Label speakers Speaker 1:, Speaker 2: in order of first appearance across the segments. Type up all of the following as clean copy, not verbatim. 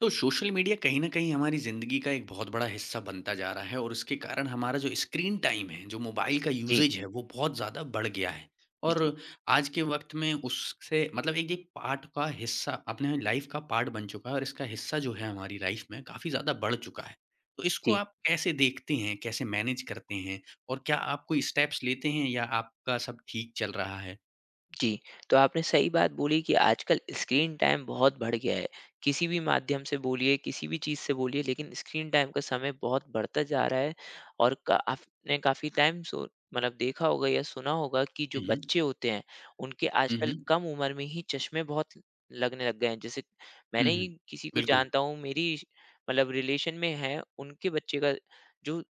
Speaker 1: तो social media कहीं न कहीं हमारी ज़िंदगी का एक बहुत बड़ा हिस्सा बनता जा रहा है और उसके कारण हमारा जो स्क्रीन टाइम है, जो मोबाइल का
Speaker 2: जी,
Speaker 1: यूसेज है, वो बहुत ज़्यादा बढ़ गया है।
Speaker 2: जी,
Speaker 1: और आज के वक़्त में उससे मतलब एक ये पार्ट का हिस्सा अपने लाइफ़ का पार्ट बन चुका है और इसका हिस्सा जो है हमारी लाइफ़ में काफ़ी ज़्यादा बढ़ चुका है। तो इसको
Speaker 2: जी,
Speaker 1: आप कैसे देखते हैं? कैसे मैनेज करते हैं? और क्या आप कोई स्टेप्स लेते हैं या आपका सब ठीक चल रहा है?
Speaker 2: जी। तो आपने सही बात बोली कि आजकल स्क्रीन टाइम बहुत बढ़ गया है। किसी भी माध्यम से बोलिए, किसी भी चीज़ से बोलिए, लेकिन स्क्रीन टाइम का समय बहुत बढ़ता जा रहा है। और का आपने काफ़ी टाइम सो मतलब देखा होगा या सुना होगा कि जो
Speaker 1: हुँ, हुँ।
Speaker 2: बच्चे होते हैं, उनके
Speaker 1: हुँ,
Speaker 2: आजकल
Speaker 1: हुँ।
Speaker 2: कम उम्र में ही चश्मे बहुत लगने लग गए हैं। जैसे मैंने
Speaker 1: हुँ,
Speaker 2: ही
Speaker 1: हुँ।
Speaker 2: किसी को
Speaker 1: बिल्कुल।
Speaker 2: जानता हूँ, मेरी श मतलब रिलेशन में है, उनके बच्चे का, जो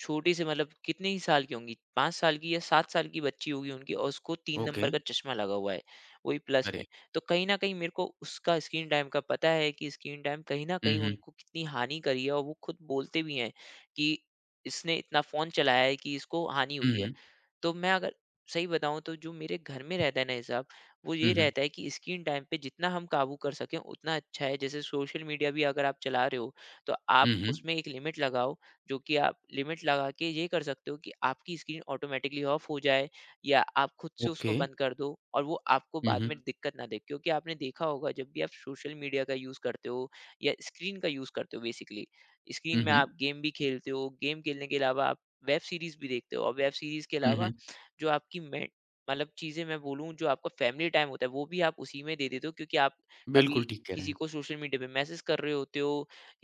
Speaker 2: छोटी, से मतलब कितने ही साल की होंगी, 5 साल की या 7 साल की बच्ची होगी उनकी, और उसको 3
Speaker 1: ओके।
Speaker 2: नंबर का चश्मा लगा हुआ है, वही प्लस में।
Speaker 1: अरे!
Speaker 2: तो कहीं न कहीं मेरे को उसका स्क्रीन टाइम का पता है कि स्क्रीन टाइम कहीं न
Speaker 1: हुँ,
Speaker 2: कहीं
Speaker 1: हुँ।
Speaker 2: उनको कितनी हानि करी है, और वो खुद बोलते भी हैं कि इसने इतना फ़ोन चलाया है कि इसको हानि
Speaker 1: हुँ,
Speaker 2: हुई है।
Speaker 1: हुँ।
Speaker 2: तो मैं अगर सही बताऊँ तो जो मेरे घर में रहता है ना हिसाब, वो
Speaker 1: हुँ,
Speaker 2: ये
Speaker 1: हुँ।
Speaker 2: रहता है कि स्क्रीन टाइम पे जितना हम काबू कर सकें, उतना अच्छा है। जैसे सोशल मीडिया भी अगर आप चला रहे हो, तो आप
Speaker 1: हुँ, हुँ।
Speaker 2: उसमें एक लिमिट लगाओ, जो कि आप लिमिट लगा के ये कर सकते हो कि आपकी स्क्रीन ऑटोमेटिकली ऑफ हो जाए, या आप खुद से उसको
Speaker 1: ओके।
Speaker 2: बंद कर दो, और वो आपको
Speaker 1: हुँ,
Speaker 2: बाद में
Speaker 1: हुँ।
Speaker 2: दिक्कत ना दे। क्योंकि आपने देखा होगा, जब भी आप सोशल मीडिया का यूज़ करते हो या स्क्रीन का यूज़ करते हो बेसिकली, स्क्रीन
Speaker 1: हुँ,
Speaker 2: में
Speaker 1: हुँ।
Speaker 2: आप गेम भी खेलते हो, गेम खेलने के अलावा आप वेब सीरीज़ भी देखते हो, और वेब सीरीज़ के
Speaker 1: हुँ,
Speaker 2: अलावा
Speaker 1: हुँ।
Speaker 2: जो आपकी, मैं मतलब चीज़ें मैं बोलूँ, जो आपका फैमिली टाइम होता है, वो भी आप उसी में दे देते हो, क्योंकि आप
Speaker 1: बिल्कुल
Speaker 2: कभी
Speaker 1: ठीक कह रहे
Speaker 2: किसी
Speaker 1: हैं।
Speaker 2: को सोशल मीडिया पे मैसेज कर रहे होते हो,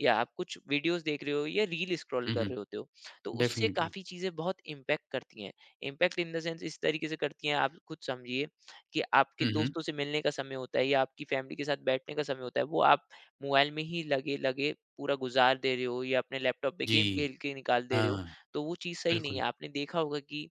Speaker 2: या आप कुछ वीडियोस देख रहे हो, या रील स्क्रॉल
Speaker 1: हुँ,
Speaker 2: कर
Speaker 1: हुँ।
Speaker 2: रहे होते हो। तो उससे
Speaker 1: डेफ़िनिटली।
Speaker 2: काफ़ी चीज़ें बहुत इम्पैक्ट करती हैं, इम्पैक्ट इन द सेंस इस तरीके से करती हैं, आप खुद समझिए कि आपके
Speaker 1: हुँ, हुँ।
Speaker 2: दोस्तों से मिलने का समय होता है, या आपकी फैमिली के साथ बैठने का समय होता है, वो आप मोबाइल में ही लगे लगे पूरा गुजार दे रहे हो, या अपने लैपटॉप पे
Speaker 1: जी।
Speaker 2: गेम खेल के निकाल दे रहे हो।
Speaker 1: हाँ,
Speaker 2: तो वो चीज़ सही नहीं है।
Speaker 1: बिल्कुल।
Speaker 2: आपने देखा होगा कि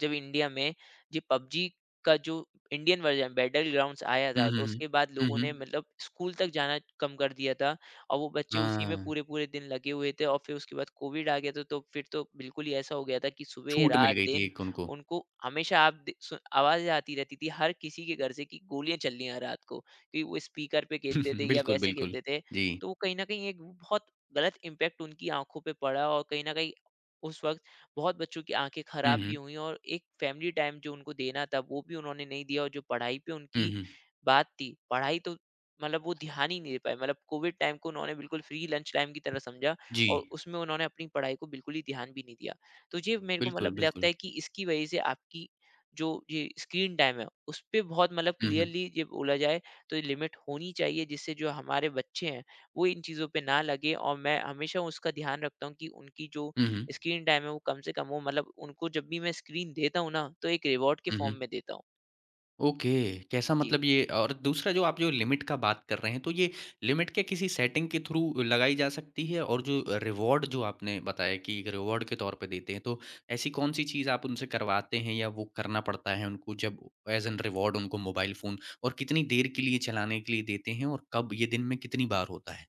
Speaker 2: जब इंडिया में ये पबजी का जो इंडियन वर्जन बैटल ग्राउंड्स आया था,
Speaker 1: हुँ,
Speaker 2: तो
Speaker 1: हुँ, हुँ।
Speaker 2: उसके बाद
Speaker 1: हुँ,
Speaker 2: लोगों ने
Speaker 1: हुँ।
Speaker 2: मतलब स्कूल तक जाना कम कर दिया था, और वो बच्चे उसी में
Speaker 1: हाँ,
Speaker 2: पूरे पूरे दिन लगे हुए थे, और फिर उसके बाद कोविड आ गया था, तो फिर तो बिल्कुल ही ऐसा हो गया था कि सुबह
Speaker 1: छूट मिल
Speaker 2: रात
Speaker 1: गई थी
Speaker 2: दिन
Speaker 1: एक उनको।
Speaker 2: उनको हमेशा, आवाज़ आती रहती थी हर किसी के घर से कि गोलियां चल रही हैं रात को, क्योंकि वो स्पीकर पे खेलते थे या
Speaker 1: बिल्कुल,
Speaker 2: वैसे
Speaker 1: बिल्कुल।
Speaker 2: खेलते थे।
Speaker 1: जी।
Speaker 2: तो वो कहीं ना कहीं एक बहुत गलत इम्पैक्ट उनकी आंखों पे पड़ा, और कहीं ना कहीं उस वक्त बहुत बच्चों की आंखें
Speaker 1: हुँ,
Speaker 2: खराब भी
Speaker 1: हुँ।
Speaker 2: हुई, और एक फैमिली टाइम जो उनको देना था वो भी उन्होंने नहीं दिया, और जो पढ़ाई पे
Speaker 1: हुँ,
Speaker 2: उनकी
Speaker 1: हुँ।
Speaker 2: बात थी पढ़ाई, तो मतलब वो ध्यान ही नहीं दे पाए, मतलब कोविड टाइम को उन्होंने बिल्कुल फ्री लंच टाइम की तरह समझा,
Speaker 1: जी।
Speaker 2: और उसमें उन्होंने अपनी पढ़ाई को बिल्कुल ही ध्यान भी नहीं दिया। तो ये मेरे को
Speaker 1: बिल्कुल,
Speaker 2: मतलब लगता
Speaker 1: बिल्कुल।
Speaker 2: है कि इसकी वजह से आपकी जो ये स्क्रीन टाइम है उस पर, बहुत मतलब
Speaker 1: हुँ, हुँ।
Speaker 2: क्लियरली ये बोला जाए तो, ये लिमिट होनी चाहिए, जिससे जो हमारे बच्चे हैं वो इन चीज़ों पे ना लगे। और मैं हमेशा उसका ध्यान रखता हूँ कि उनकी जो
Speaker 1: हुँ, हुँ।
Speaker 2: स्क्रीन टाइम है वो कम से कम हो, मतलब उनको जब भी मैं स्क्रीन देता हूँ ना, तो एक रिवॉर्ड के
Speaker 1: हुँ,
Speaker 2: फ़ॉर्म
Speaker 1: हुँ।
Speaker 2: में देता हूँ।
Speaker 1: ओके, कैसा
Speaker 2: जी।
Speaker 1: मतलब ये और दूसरा जो आप जो लिमिट का बात कर रहे हैं, तो ये लिमिट क्या किसी सेटिंग के थ्रू लगाई जा सकती है? और जो रिवॉर्ड जो आपने बताया कि एक रिवॉर्ड के तौर पे देते हैं, तो ऐसी कौन-सी चीज़ आप उनसे करवाते हैं या वो करना पड़ता है उनको जब एज़ एन रिवॉर्ड उनको मोबाइल फ़ोन और कितनी देर के लिए चलाने के लिए देते हैं और कब ये दिन में कितनी बार होता है?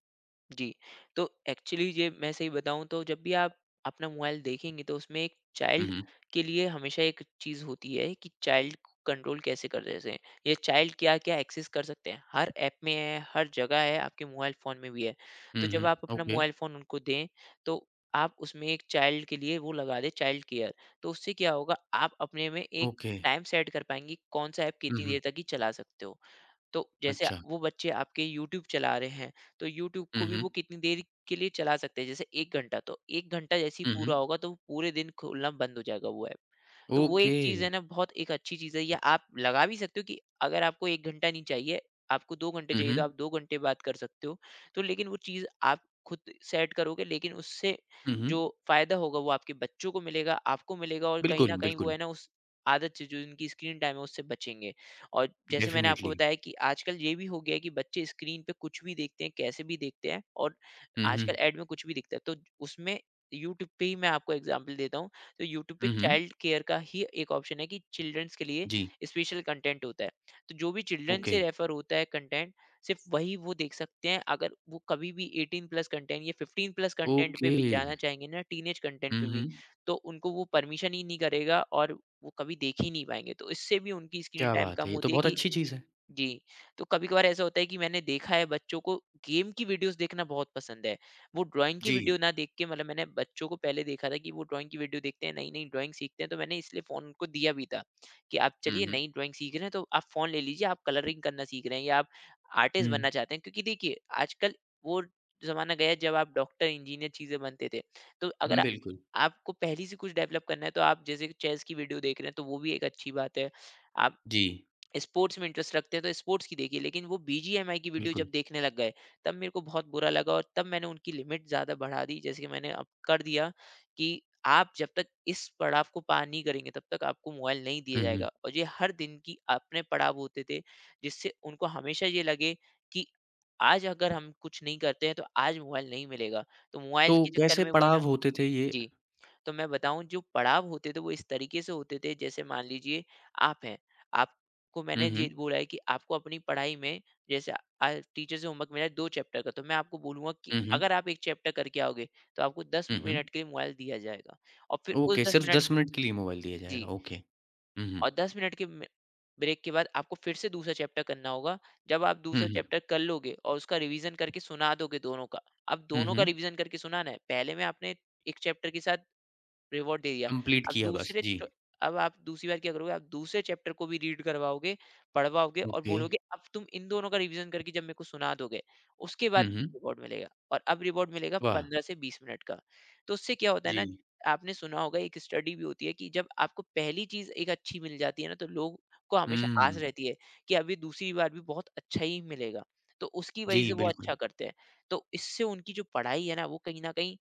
Speaker 2: जी, तो एक्चुअली ये मैं सही बताऊँ तो जब भी आप अपना मोबाइल देखेंगे, तो उसमें एक
Speaker 1: हुँ,
Speaker 2: चाइल्ड
Speaker 1: हुँ।
Speaker 2: के लिए हमेशा एक चीज़ होती है कि चाइल्ड को कंट्रोल कैसे कर, जैसे ये चाइल्ड क्या-क्या एक्सेस कर सकते हैं। हर ऐप में है, हर जगह है, आपके मोबाइल फ़ोन में भी है।
Speaker 1: हुँ,
Speaker 2: तो जब
Speaker 1: हुँ।
Speaker 2: आप अपना
Speaker 1: ओके,
Speaker 2: मोबाइल फ़ोन उनको दें, तो आप उसमें एक चाइल्ड के लिए वो लगा दें, चाइल्ड केयर। तो उससे क्या होगा, आप अपने में एक
Speaker 1: ओके।
Speaker 2: टाइम सेट कर पाएँगे कौन-सा ऐप
Speaker 1: हुँ,
Speaker 2: कितनी
Speaker 1: हुँ।
Speaker 2: देर तक ही चला सकते हो। तो जैसे
Speaker 1: अच्छा।
Speaker 2: वो बच्चे आपके यूट्यूब चला रहे हैं, तो यूट्यूब
Speaker 1: हुँ,
Speaker 2: को भी
Speaker 1: हुँ।
Speaker 2: वो कितनी देर के लिए चला सकते हैं, जैसे एक घंटा, तो एक घंटा जैसे ही
Speaker 1: हुँ,
Speaker 2: पूरा
Speaker 1: हुँ।
Speaker 2: होगा तो वो पूरे दिन खोलना बंद हो जाएगा वो ऐप। तो वो
Speaker 1: ओके।
Speaker 2: एक चीज़ है ना, बहुत एक अच्छी चीज़ है। या आप लगा भी सकते हो कि अगर आपको 1 घंटा नहीं चाहिए, आपको 2 घंटे
Speaker 1: हुँ,
Speaker 2: चाहिए, तो आप
Speaker 1: हुँ।
Speaker 2: 2 घंटे बात कर सकते हो। तो लेकिन वो चीज़ आप खुद सेट करोगे, लेकिन उससे
Speaker 1: हुँ,
Speaker 2: जो
Speaker 1: हुँ।
Speaker 2: फ़ायदा होगा वो आपके बच्चों को मिलेगा, आपको मिलेगा, और कहीं न
Speaker 1: बिल्कुल,
Speaker 2: कहीं वो
Speaker 1: बिल्कुल।
Speaker 2: है ना, उस आदत से जो इनकी स्क्रीन टाइम है उससे बचेंगे। और जैसे मैंने आपको
Speaker 1: डेफ़िनिटली।
Speaker 2: बताया कि आजकल ये भी हो गया है कि बच्चे स्क्रीन पे कुछ भी देखते हैं, कैसे भी देखते हैं, और
Speaker 1: हुँ, हुँ।
Speaker 2: आजकल ऐड में कुछ भी दिखता है। तो उसमें यूट्यूब पे ही मैं आपको एग्ज़ाम्पल देता हूँ, तो यूट्यूब पे
Speaker 1: हुँ, हुँ।
Speaker 2: चाइल्ड केयर का ही एक ऑप्शन है कि चिल्ड्रंस के लिए
Speaker 1: जी।
Speaker 2: स्पेशल कंटेंट होता है, तो जो भी चिल्ड्रन
Speaker 1: ओके,
Speaker 2: से रेफर होता है कंटेंट, सिर्फ वही वो देख सकते हैं। अगर वो कभी भी 18 प्लस कंटेंट या 15 प्लस कंटेंट पे
Speaker 1: ओके।
Speaker 2: भी जाना चाहेंगे, ना टीनेज कंटेंट पे
Speaker 1: हुँ, हुँ।
Speaker 2: भी, तो उनको वो परमिशन ही नहीं करेगा, और वो कभी देख ही नहीं पाएंगे। तो इससे भी उनकी स्क्रीन
Speaker 1: क्या
Speaker 2: टाइम
Speaker 1: बात
Speaker 2: कम
Speaker 1: है! ये तो
Speaker 2: होती है
Speaker 1: बहुत
Speaker 2: कि,
Speaker 1: अच्छी चीज़ है।
Speaker 2: जी, तो कभी-कभार ऐसा होता है कि मैंने देखा है बच्चों को गेम की वीडियोज़ देखना बहुत पसंद है। वो ड्राइंग की
Speaker 1: जी।
Speaker 2: वीडियो ना देख के, मतलब मैंने बच्चों को पहले देखा था कि वो ड्राइंग की वीडियो देखते हैं, नई-नई ड्राइंग सीखते हैं, तो मैंने इसलिए फ़ोन उनको दिया भी था कि आप
Speaker 1: हुँ,
Speaker 2: चलिए
Speaker 1: हुँ।
Speaker 2: नई ड्राइंग सीख रहे हैं तो आप फ़ोन ले लीजिए, आप कलरिंग करना सीख रहे हैं या आप आर्टिस्ट
Speaker 1: हुँ।
Speaker 2: बनना चाहते हैं। क्योंकि देखिए, आजकल वो ज़माना गया है जब आप डॉक्टर, इंजीनियर चीज़ें बनते थे। तो अगर
Speaker 1: हुँ,
Speaker 2: आ
Speaker 1: बिल्कुल।
Speaker 2: आपको पहले से कुछ डेवलप करना है, तो आप जैसे कि चेस की वीडियो देख रहे हैं, तो वो भी एक अच्छी बात है। आप
Speaker 1: जी,
Speaker 2: स्पोर्ट्स में इंटरेस्ट रखते हैं तो स्पोर्ट्स की देखिए, लेकिन वो बीजीएमआई की वीडियो जब
Speaker 1: बिल्कुल।
Speaker 2: देखने लग गए तब मेरे को बहुत बुरा लगा, और तब मैंने उनकी लिमिट ज़्यादा बढ़ा दी, जैसे कि मैंने अब कर दिया कि आप जब तक इस पड़ाव को पार नहीं करेंगे तब तक आपको मोबाइल नहीं दिया
Speaker 1: हुँ, हुँ।
Speaker 2: जाएगा, और ये हर दिन की अपने पड़ाव होते थे, जिससे उनको हमेशा ये लगे कि आज अगर हम कुछ नहीं करते हैं तो आज मोबाइल नहीं मिलेगा, तो मोबाइल
Speaker 1: तो
Speaker 2: के चक्कर
Speaker 1: कैसे
Speaker 2: में वो है ना,
Speaker 1: पड़ाव होते थे ये?
Speaker 2: जी। तो मैं बताऊँ जो पड़ाव होते थे वो इस तरीके से होते थे। जैसे मान लीजिए आप हैं, आपको
Speaker 1: हुँ,
Speaker 2: मैंने ये
Speaker 1: हुँ।
Speaker 2: बोला है कि आपको अपनी पढ़ाई में, जैसे आज टीचर से होमवर्क मिला है 2 चैप्टर का, तो मैं आपको बोलूँगा कि
Speaker 1: हुँ, हुँ।
Speaker 2: अगर आप 1 चैप्टर करके आओगे, तो आपको 10
Speaker 1: हुँ, हुँ।
Speaker 2: मिनट के लिए मोबाइल दिया जाएगा। और फिर उस
Speaker 1: ओके,
Speaker 2: 10
Speaker 1: सिर्फ़
Speaker 2: मिनट
Speaker 1: 10
Speaker 2: के,
Speaker 1: मिनट के लिए मोबाइल दिया जाएगा।
Speaker 2: जी,
Speaker 1: ओके। हुँ, हुँ।
Speaker 2: और 10 मिनट के म ब्रेक के बाद आपको फिर से दूसरा चैप्टर करना होगा। जब आप
Speaker 1: हुँ,
Speaker 2: दूसरा
Speaker 1: हुँ।
Speaker 2: चैप्टर कर लोगे और उसका रिवीज़न करके सुना दोगे दोनों का, अब
Speaker 1: हुँ,
Speaker 2: दोनों का
Speaker 1: हुँ।
Speaker 2: रिवीज़न करके सुनाना है। पहले में आपने 1 चैप्टर के साथ रिवॉर्ड दे दिया।
Speaker 1: कंप्लीट
Speaker 2: अब
Speaker 1: किया बस।
Speaker 2: दूसरे
Speaker 1: जी।
Speaker 2: च अब आप दूसरी बार क्या करोगे, आप दूसरे चैप्टर को भी रीड करवाओगे, पढ़वाओगे और
Speaker 1: ओके।
Speaker 2: बोलोगे, "अब तुम इन दोनों का रिवीजन करके जब मेरे को सुना दोगे, उसके
Speaker 1: हुँ,
Speaker 2: बाद
Speaker 1: हुँ।
Speaker 2: रिवॉर्ड मिलेगा।" और अब रिवॉर्ड मिलेगा
Speaker 1: वाह!
Speaker 2: 15 से 20 मिनट का। तो उससे क्या होता है
Speaker 1: जी।
Speaker 2: ना, आपने सुना होगा एक स्टडी भी होती है कि जब आपको पहली चीज़ एक अच्छी मिल जाती है ना, तो लोग को हमेशा आस
Speaker 1: हुँ।
Speaker 2: रहती है कि अभी दूसरी बार भी बहुत अच्छा ही मिलेगा। तो उसकी
Speaker 1: जी,
Speaker 2: वजह से वो
Speaker 1: बिल्कुल।
Speaker 2: अच्छा करते हैं। तो इससे उनकी जो पढ़ाई है ना, वो कहीं न कहीं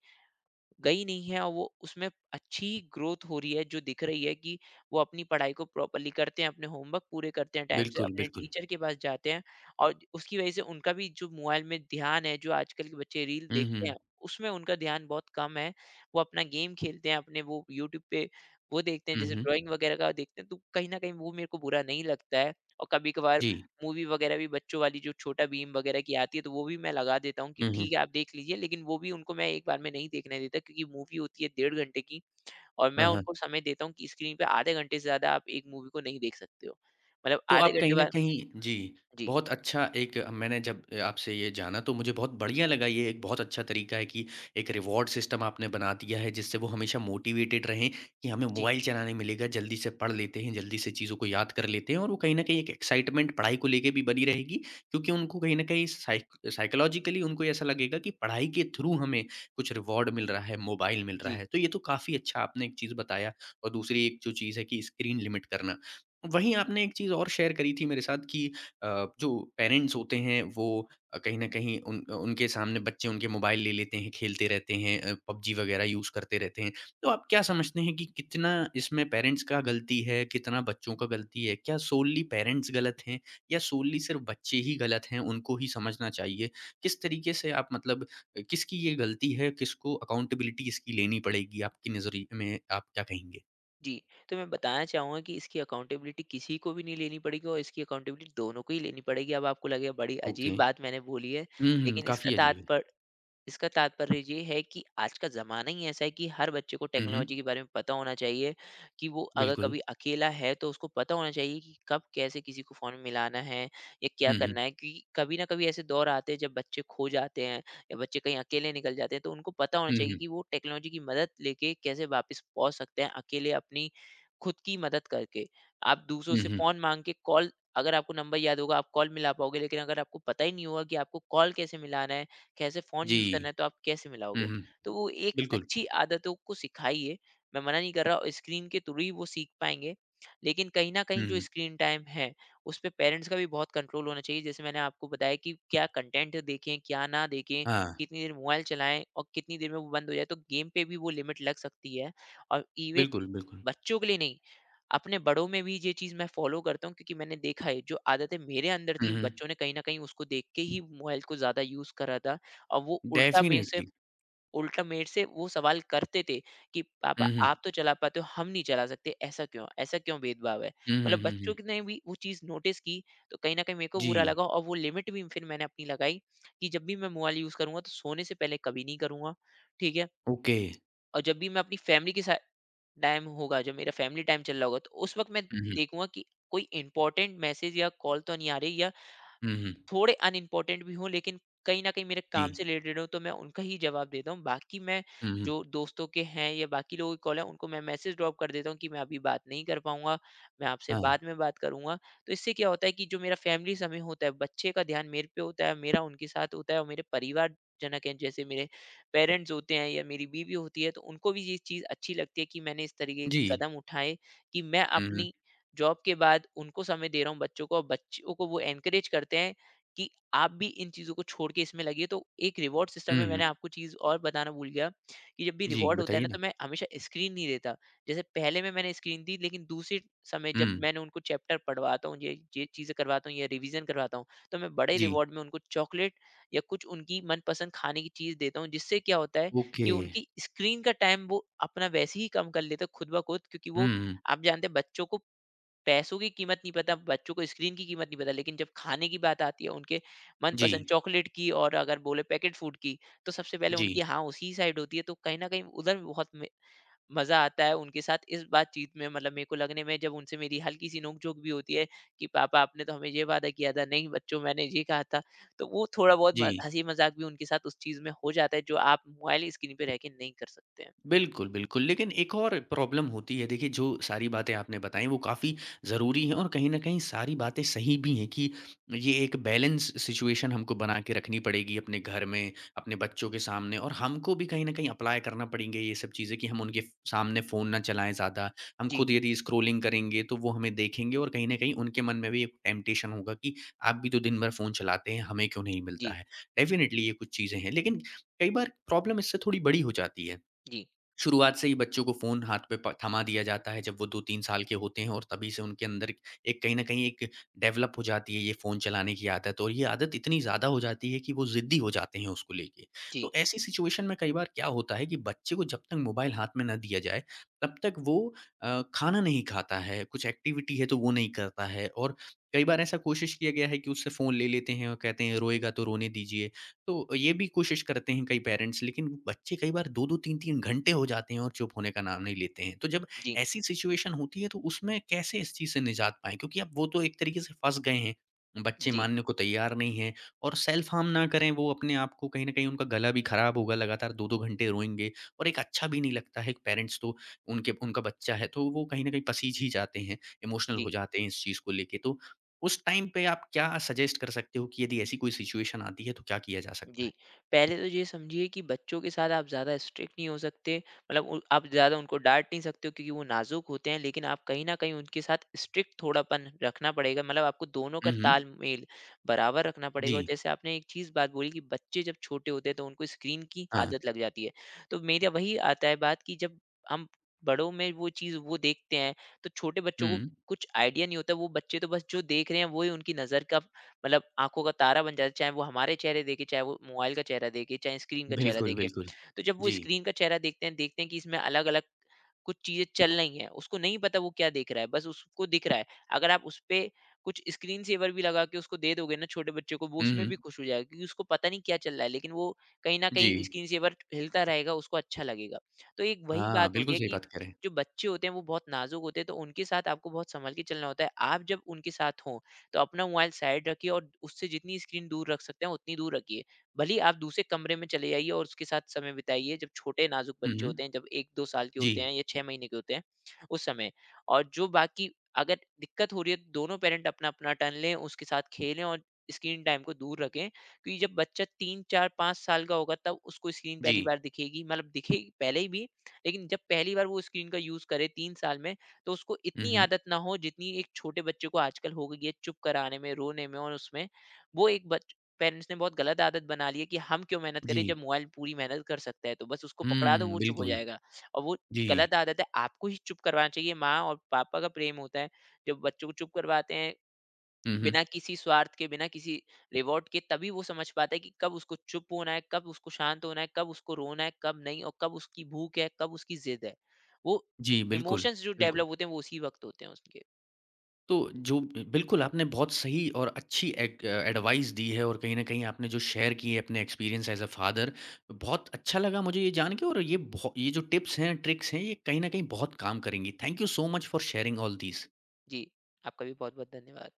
Speaker 2: गई नहीं है, और वो उसमें अच्छी ग्रोथ हो रही है, जो दिख रही है कि वो अपनी पढ़ाई को प्रॉपर्ली करते हैं, अपने होमवर्क पूरे करते हैं टाइम से,
Speaker 1: बिल्कुल,
Speaker 2: अपने
Speaker 1: बिल्कुल।
Speaker 2: टीचर के पास जाते हैं, और उसकी वजह से उनका भी जो मोबाइल में ध्यान है, जो आजकल के बच्चे रील
Speaker 1: हुँ,
Speaker 2: देखते हैं,
Speaker 1: हुँ।
Speaker 2: उसमें उनका ध्यान बहुत कम है। वो अपना गेम खेलते हैं, अपने वो यूट्यूब पे वो देखते हैं,
Speaker 1: हुँ,
Speaker 2: जैसे
Speaker 1: हुँ।
Speaker 2: ड्राइंग वगैरह का देखते हैं, तो कहीं न कहीं वो मेरे को बुरा नहीं लगता है। और कभी-कभार
Speaker 1: जी।
Speaker 2: मूवी वगैरह भी बच्चों वाली, जो छोटा भीम वगैरह की आती है, तो वो भी मैं लगा देता हूँ कि
Speaker 1: हुँ,
Speaker 2: ठीक
Speaker 1: हुँ।
Speaker 2: है, आप देख लीजिए, लेकिन वो भी उनको मैं एक बार में नहीं देखने देता क्योंकि मूवी होती है 1.5 घंटे की। और मैं
Speaker 1: हाँ, हाँ।
Speaker 2: उनको समय देता हूँ कि स्क्रीन पे आधे घंटे से ज़्यादा आप एक मूवी को नहीं देख सकते हो। मतलब
Speaker 1: तो
Speaker 2: आधे
Speaker 1: आप
Speaker 2: घंटे
Speaker 1: कहीं न
Speaker 2: बाद।
Speaker 1: कहीं जी,
Speaker 2: जी।
Speaker 1: बहुत अच्छा एक मैंने जब आपसे ये जाना तो मुझे बहुत बढ़िया लगा, ये एक बहुत अच्छा तरीका है कि एक रिवॉर्ड सिस्टम आपने बना दिया है, जिससे वो हमेशा मोटिवेटेड रहें कि हमें
Speaker 2: जी।
Speaker 1: मोबाइल चलाना नहीं मिलेगा, जल्दी से पढ़ लेते हैं, जल्दी से चीज़ों को याद कर लेते हैं और वो कहीं न कहीं एक एक्साइटमेंट पढ़ाई को लेके भी बनी रहेगी, क्योंकि उनको कहीं न कहीं साइकोलॉजिकली उनको ऐसा लगेगा कि पढ़ाई के थ्रू हमें कुछ रिवॉर्ड मिल रहा है, मोबाइल मिल रहा
Speaker 2: जी।
Speaker 1: है। तो ये तो काफ़ी अच्छा आपने एक चीज़ बताया। और दूसरी एक जो चीज़ है कि स्क्रीन लिमिट करना। वहीं आपने एक चीज़ और शेयर करी थी मेरे साथ कि अ, जो पेरेंट्स होते हैं वो कहीं न कहीं उन उनके सामने बच्चे उनके मोबाइल ले लेते हैं, खेलते रहते हैं, पबजी वगैरह यूज़ करते रहते हैं। तो आप क्या समझते हैं कि कितना इसमें पेरेंट्स का गलती है, कितना बच्चों का गलती है? क्या सोली पेरेंट्स गलत हैं या सोली सिर्फ़ बच्चे ही गलत हैं, उनको ही समझना चाहिए? किस तरीके से आप मतलब किसकी ये गलती है, किसको अकाउंटेबिलिटी इसकी लेनी पड़ेगी आपकी नज़रिए में, आप क्या कहेंगे?
Speaker 2: जी। तो मैं बताना चाहूँगा कि इसकी अकाउंटेबिलिटी किसी को भी नहीं लेनी पड़ेगी और इसकी अकाउंटेबिलिटी दोनों को ही लेनी पड़ेगी। अब आपको लगेगा बड़ी अजीब
Speaker 1: ओके।
Speaker 2: बात मैंने बोली है,
Speaker 1: हुँ, हुँ,
Speaker 2: लेकिन
Speaker 1: काफ़ी अजीब है।
Speaker 2: इसका तात्पर्य ये है कि आज का ज़माना ही ऐसा है कि हर बच्चे को
Speaker 1: हुँ, हुँ।
Speaker 2: टेक्नोलॉजी के बारे में पता होना चाहिए कि वो अगर
Speaker 1: बिल्कुल।
Speaker 2: कभी अकेला है तो उसको पता होना चाहिए कि कब कैसे किसी को फ़ोन मिलाना है या क्या
Speaker 1: हुँ, हुँ।
Speaker 2: करना है, क्योंकि कभी ना कभी ऐसे दौर आते हैं जब बच्चे खो जाते हैं या बच्चे कहीं अकेले निकल जाते हैं, तो उनको पता होना
Speaker 1: हुँ,
Speaker 2: चाहिए कि
Speaker 1: हुँ।
Speaker 2: वो टेक्नोलॉजी की मदद लेके कैसे वापस पहुंच सकते हैं, अकेले अपनी खुद की मदद करके। आप दूसरों
Speaker 1: हुँ,
Speaker 2: से
Speaker 1: हुँ।
Speaker 2: फ़ोन मांग के कॉल, अगर आपको नंबर याद होगा आप कॉल मिला पाओगे, लेकिन अगर आपको पता ही नहीं होगा कि आपको कॉल कैसे मिलाना है, कैसे फ़ोन यूज़ करना है,
Speaker 1: जी।
Speaker 2: तो आप कैसे
Speaker 1: हुँ,
Speaker 2: मिलाओगे?
Speaker 1: हुँ।
Speaker 2: तो वो एक
Speaker 1: बिल्कुल।
Speaker 2: अच्छी आदतों को सिखाइए, मैं मना नहीं कर रहा, और स्क्रीन के थ्रू ही वो सीख पाएँगे। लेकिन कहीं न
Speaker 1: हुँ,
Speaker 2: कहीं जो
Speaker 1: हुँ।
Speaker 2: स्क्रीन टाइम है, उस पे पेरेंट्स का भी बहुत कंट्रोल होना चाहिए। जैसे मैंने आपको बताया कि क्या कंटेंट देखें, क्या ना देखें,
Speaker 1: हाँ,
Speaker 2: कितनी देर मोबाइल चलाएँ और कितनी देर में वो बंद हो जाए, तो गेम पे भी वो लिमिट लग सकती है। और इवन
Speaker 1: बिल्कुल, बिल्कुल।
Speaker 2: बच्चों के लिए नहीं, अपने बड़ों में भी ये चीज़ मैं फ़ॉलो करता हूँ, क्योंकि मैंने देखा है, जो आदतें मेरे अंदर
Speaker 1: हुँ,
Speaker 2: थी,
Speaker 1: हुँ।
Speaker 2: बच्चों ने कहीं न कहीं उसको देख के ही मोबाइल को ज़्यादा यूज़ करा था। और वो
Speaker 1: डेफ़िनेटली।
Speaker 2: उल्टा मेरे से वो सवाल करते थे कि, "पापा
Speaker 1: हुँ, हुँ।
Speaker 2: आप तो चला पाते हो, हम नहीं चला सकते, ऐसा क्यों? ऐसा क्यों भेदभाव है?"
Speaker 1: हुँ, हुँ,
Speaker 2: मतलब
Speaker 1: हुँ, हुँ।
Speaker 2: बच्चों क ने भी वो चीज़ नोटिस की, तो कहीं न कहीं मेरे को बुरा
Speaker 1: जी।
Speaker 2: लगा और वो लिमिट भी फिर मैंने अपनी लगाई कि जब भी मैं मोबाइल यूज़ करूँगा, तो सोने से पहले कभी नहीं करूँगा, ठीक है?
Speaker 1: ओके।
Speaker 2: और जब भी मैं अपनी फैमिली के साथ टाइम होगा, जब मेरा फैमिली टाइम चल रहा होगा, तो उस वक़्त मैं
Speaker 1: हुँ, हुँ।
Speaker 2: देखूँगा कि कोई इम्पोर्टेंट मैसेज या कॉल तो नहीं आ रही, या
Speaker 1: हुँ, हुँ।
Speaker 2: थोड़े अनइम्पोर्टेंट भी हों लेकिन कहीं न कहीं मेरे
Speaker 1: जी।
Speaker 2: काम से रिलेटेड हों, तो मैं उनका ही जवाब देता हूँ। बाकी मैं
Speaker 1: हुँ, हुँ।
Speaker 2: जो दोस्तों के हैं या बाकी लोगों की कॉल है, उनको मैं मैसेज ड्रॉप कर देता हूँ कि मैं अभी बात नहीं कर पाऊँगा, मैं आपसे
Speaker 1: हाँ।
Speaker 2: बाद में बात करूँगा। तो इससे क्या होता है कि जो मेरा फैमिली समय होता है, बच्चे का ध्यान मेरे पे होता है, मेरा उनके साथ होता है। और मेरे परिवारजनक हैं, जैसे मेरे पेरेंट्स होते हैं या मेरी बीवी होती है, तो उनको भी ये चीज़ अच्छी लगती है कि मैंने इस तरीके
Speaker 1: जी।
Speaker 2: के कदम उठाए कि मैं
Speaker 1: हुँ, हुँ।
Speaker 2: अपनी जॉब के बाद उनको समय दे रहा हूँ, बच्चों को। और बच्चों को वो एनकरेज करते हैं कि आप भी इन चीज़ों को छोड़ के इसमें लगिए। तो एक रिवॉर्ड सिस्टम
Speaker 1: हुँ,
Speaker 2: है, मैंने
Speaker 1: हुँ।
Speaker 2: आपको चीज़ और बताना भूल गया कि जब भी
Speaker 1: जी,
Speaker 2: रिवॉर्ड होता है
Speaker 1: बताइए
Speaker 2: ना,
Speaker 1: ना।
Speaker 2: तो मैं हमेशा स्क्रीन नहीं देता। जैसे पहले में मैंने स्क्रीन दी, लेकिन दूसरे समय जब
Speaker 1: हुँ।
Speaker 2: मैंने उनको चैप्टर पढ़वाता हूँ, ये चीज़ें करवाता हूँ या रिवीज़न करवाता हूँ, तो मैं बड़े
Speaker 1: जी।
Speaker 2: रिवॉर्ड में उनको चॉकलेट या कुछ उनकी मनपसंद खाने की चीज़ देता हूँ। जिससे क्या होता है कि
Speaker 1: ओके।
Speaker 2: उनकी स्क्रीन का टाइम वो अपना वैसे ही कम कर लेते हैं खुद ब खुद, क्योंकि वो,
Speaker 1: हुँ, हुँ।
Speaker 2: आप जानते हैं, बच्चों को पैसों की कीमत नहीं पता, बच्चों को स्क्रीन की कीमत नहीं पता, लेकिन जब खाने की बात आती है, उनके
Speaker 1: जी।
Speaker 2: मनपसंद चॉकलेट की और अगर बोले पैकेट फूड की, तो सबसे पहले
Speaker 1: जी।
Speaker 2: उनकी हाँ उसी साइड होती है, तो कहीं न कहीं उधर भी बहुत में मज़ा आता है उनके साथ इस बातचीत में। मतलब मेरे को लगने में जब उनसे मेरी हल्की-सी नोक-झोंक भी होती है कि पापा आपने तो हमें ये वादा किया था, नहीं बच्चों मैंने ये कहा था, तो वो थोड़ा बहुत
Speaker 1: जी।
Speaker 2: म हँसी-मज़ाक भी उनके साथ उस चीज़ में हो जाता है, जो आप मोबाइल स्क्रीन पे रह के नहीं कर सकते हैं।
Speaker 1: बिल्कुल, बिल्कुल। लेकिन एक और प्रॉब्लम होती है, देखिए, जो सारी बातें आपने बताई वो काफ़ी ज़रूरी हैं और कहीं न कहीं सारी बातें सही भी हैं कि ये एक बैलेंस सिचुएशन हमको बना के रखनी पड़ेगी अपने घर में, अपने बच्चों के सामने और हमको भी कहीं न कहीं अप्लाई करना पड़ेंगे ये सब चीज़ें कि हम उनके सामने फ़ोन ना चलाएँ ज़्यादा। हम
Speaker 2: जी।
Speaker 1: खुद यदि स्क्रॉलिंग करेंगे तो वो हमें देखेंगे और कहीं न कहीं उनके मन में भी एक टेम्पटेशन होगा कि आप भी तो दिन भर फ़ोन चलाते हैं, हमें क्यों नहीं मिलता
Speaker 2: जी।
Speaker 1: है? डेफ़िनिटली ये कुछ चीज़ें हैं। लेकिन कई बार प्रॉब्लम इससे थोड़ी बड़ी हो जाती है।
Speaker 2: जी।
Speaker 1: शुरुआत से ही बच्चों को फ़ोन हाथ पे प थमा दिया जाता है जब वो 2-3 साल के होते हैं और तभी से उनके अंदर एक कहीं न कहीं एक डेवलप हो जाती है ये फ़ोन चलाने की आदत, और ये आदत इतनी ज़्यादा हो जाती है कि वो ज़िद्दी हो जाते हैं उसको लेके।
Speaker 2: जी।
Speaker 1: तो ऐसी सिचुएशन में कई बार क्या होता है कि बच्चे को जब तक मोबाइल हाथ में ना दिया जाए, तब तक वो खाना नहीं खाता है, कुछ एक्टिविटी है तो वो नहीं करता है और कई बार ऐसा कोशिश किया गया है कि उससे फ़ोन ले लेते हैं और कहते हैं रोएगा तो रोने दीजिए, तो ये भी कोशिश करते हैं कई पेरेंट्स, लेकिन वो बच्चे कई बार 2-2 3-3 घंटे हो जाते हैं और चुप होने का नाम नहीं लेते हैं। तो जब
Speaker 2: जी।
Speaker 1: ऐसी सिचुएशन होती है तो उसमें कैसे इस चीज़ से निजात पाएँ? क्योंकि अब वो तो एक तरीके से फँस गए हैं, बच्चे
Speaker 2: जी।
Speaker 1: मानने को तैयार नहीं हैं और सेल्फ हार्म ना करें वो अपने आप को, कहीं न कहीं उनका गला भी ख़राब होगा लगातार 2-2 घंटे रोएँगे और एक अच्छा भी नहीं लगता है पेरेंट्स तो उनके, उनका बच्चा है तो वो कहीं न कहीं पसीज ही जाते हैं, इमोशनल
Speaker 2: जी।
Speaker 1: हो जाते हैं इस चीज़ को लेके। तो उस टाइम पे आप क्या सजेस्ट कर सकते हो कि यदि ऐसी कोई सिचुएशन आती है तो क्या किया जा सकता
Speaker 2: जी,
Speaker 1: है?
Speaker 2: पहले तो ये समझिए कि बच्चों के साथ आप ज़्यादा स्ट्रिक्ट नहीं हो सकते, मतलब उ आप ज़्यादा उनको डाँट नहीं सकते हो क्योंकि वो नाज़ुक होते हैं, लेकिन आप कहीं न कहीं उनके साथ स्ट्रिक्ट थोड़ापन रखना पड़ेगा, मतलब आपको दोनों का
Speaker 1: हुँ, हुँ।
Speaker 2: तालमेल बराबर रखना पड़ेगा।
Speaker 1: जी।
Speaker 2: और जैसे आपने एक चीज़ बात बोली कि बच्चे जब छोटे होते हैं, तो उनको स्क्रीन की
Speaker 1: हाँ।
Speaker 2: आदत लग जाती है। तो मेरा वही आता है बात कि जब हम बड़ों में वो चीज़ वो देखते हैं, तो छोटे बच्चों
Speaker 1: हुँ।
Speaker 2: को कुछ आइडिया नहीं होता, वो बच्चे तो बस जो देख रहे हैं, वो ही उनकी नज़र का मतलब आँखों का तारा बन जाता है, चाहे वो हमारे चेहरे देखे, चाहे वो मोबाइल का चेहरा देखे, चाहे स्क्रीन का चेहरा
Speaker 1: बिल्कुल,
Speaker 2: देखे।
Speaker 1: बिल्कुल।
Speaker 2: तो जब वो
Speaker 1: जी।
Speaker 2: स्क्रीन का चेहरा देखते हैं कि इसमें अलग-अलग कुछ चीज़ें चल रही हैं, उसको नहीं पता वो क्या देख रहा है, बस उसको दिख रहा है। अगर आप उसपे कुछ स्क्रीन सेवर भी लगा के उसको दे दोगे ना छोटे बच्चे को, वो
Speaker 1: हुँ,
Speaker 2: उसमें भी
Speaker 1: हुँ।
Speaker 2: खुश हो जाएगा क्योंकि उसको पता नहीं क्या चल रहा है, लेकिन वो कहीं न
Speaker 1: जी।
Speaker 2: कहीं स्क्रीन सेवर हिलता रहेगा, उसको अच्छा लगेगा। तो एक वही
Speaker 1: हाँ,
Speaker 2: बात होती
Speaker 1: बिल्कुल
Speaker 2: है
Speaker 1: सही
Speaker 2: कि
Speaker 1: बात कह रहे हैं।
Speaker 2: जो बच्चे होते हैं वो बहुत नाज़ुक होते हैं, तो उनके साथ आपको बहुत संभल के चलना होता है। आप जब उनके साथ हों, तो अपना मोबाइल साइड रखिए और उससे जितनी स्क्रीन दूर रख सकते हैं, उतनी दूर रखिए। भले ही आप दूसरे कमरे में चले जाइए और उसके साथ समय बिताइए, जब छोटे नाजुक
Speaker 1: हुँ,
Speaker 2: बच्चे
Speaker 1: हुँ।
Speaker 2: होते हैं, जब 1-2 साल के
Speaker 1: जी,
Speaker 2: होते हैं या 6 महीने के होते हैं उस समय। और जो बाकी, अगर दिक्कत हो रही है, तो दोनों पेरेंट अपना-अपना टर्न लें, उसके साथ खेलें और स्क्रीन टाइम को दूर रखें। क्योंकि जब बच्चा 3, 4, 5 साल का होगा तब उसको स्क्रीन
Speaker 1: जी।
Speaker 2: पहली बार दिखेगी, मतलब दिखेगी पहले ही भी, लेकिन जब पहली बार वो स्क्रीन का यूज़ करे 3 साल में, तो उसको
Speaker 1: हुँ,
Speaker 2: इतनी
Speaker 1: हुँ।
Speaker 2: आदत ना हो जितनी एक छोटे बच्चे को आजकल हो गई है चुप कराने में, रोने में और उसमें। वो एक बच पेरेंट्स ने बहुत गलत आदत बना ली है कि हम क्यों मेहनत करें
Speaker 1: जी।
Speaker 2: जब मोबाइल पूरी मेहनत कर सकता है, तो बस उसको पकड़ा दो
Speaker 1: हुँ,
Speaker 2: वो चुप हो
Speaker 1: बिल्कुल।
Speaker 2: जाएगा। और वो
Speaker 1: जी।
Speaker 2: गलत आदत है, आपको ही चुप करवाना चाहिए, माँ और पापा का प्रेम होता है जब बच्चों को चुप करवाते हैं
Speaker 1: हुँ, हुँ।
Speaker 2: बिना किसी स्वार्थ के, बिना किसी रिवॉर्ड के, तभी वो समझ पाता है कि कब उसको चुप होना है, कब उसको शांत होना है, कब उसको रोना है, कब नहीं, और कब उसकी भूख है, कब उसकी जिद है। वो
Speaker 1: जी, बिल्कुल,
Speaker 2: इमोशंस जो
Speaker 1: बिल्कुल।
Speaker 2: डेवलप होते हैं वो उसी वक्त होते हैं उसके।
Speaker 1: तो जो बिल्कुल आपने बहुत सही और अच्छी एड एडवाइस दी है और कहीं न कहीं आपने जो शेयर की है अपने एक्सपीरियंस एज़ अ फादर, बहुत अच्छा लगा मुझे ये जान के और ये बहु ये जो टिप्स हैं, ट्रिक्स हैं, ये कहीं न कहीं बहुत काम करेंगी। Thank you so much for sharing all these.
Speaker 2: जी, आपका भी बहुत बहुत धन्यवाद।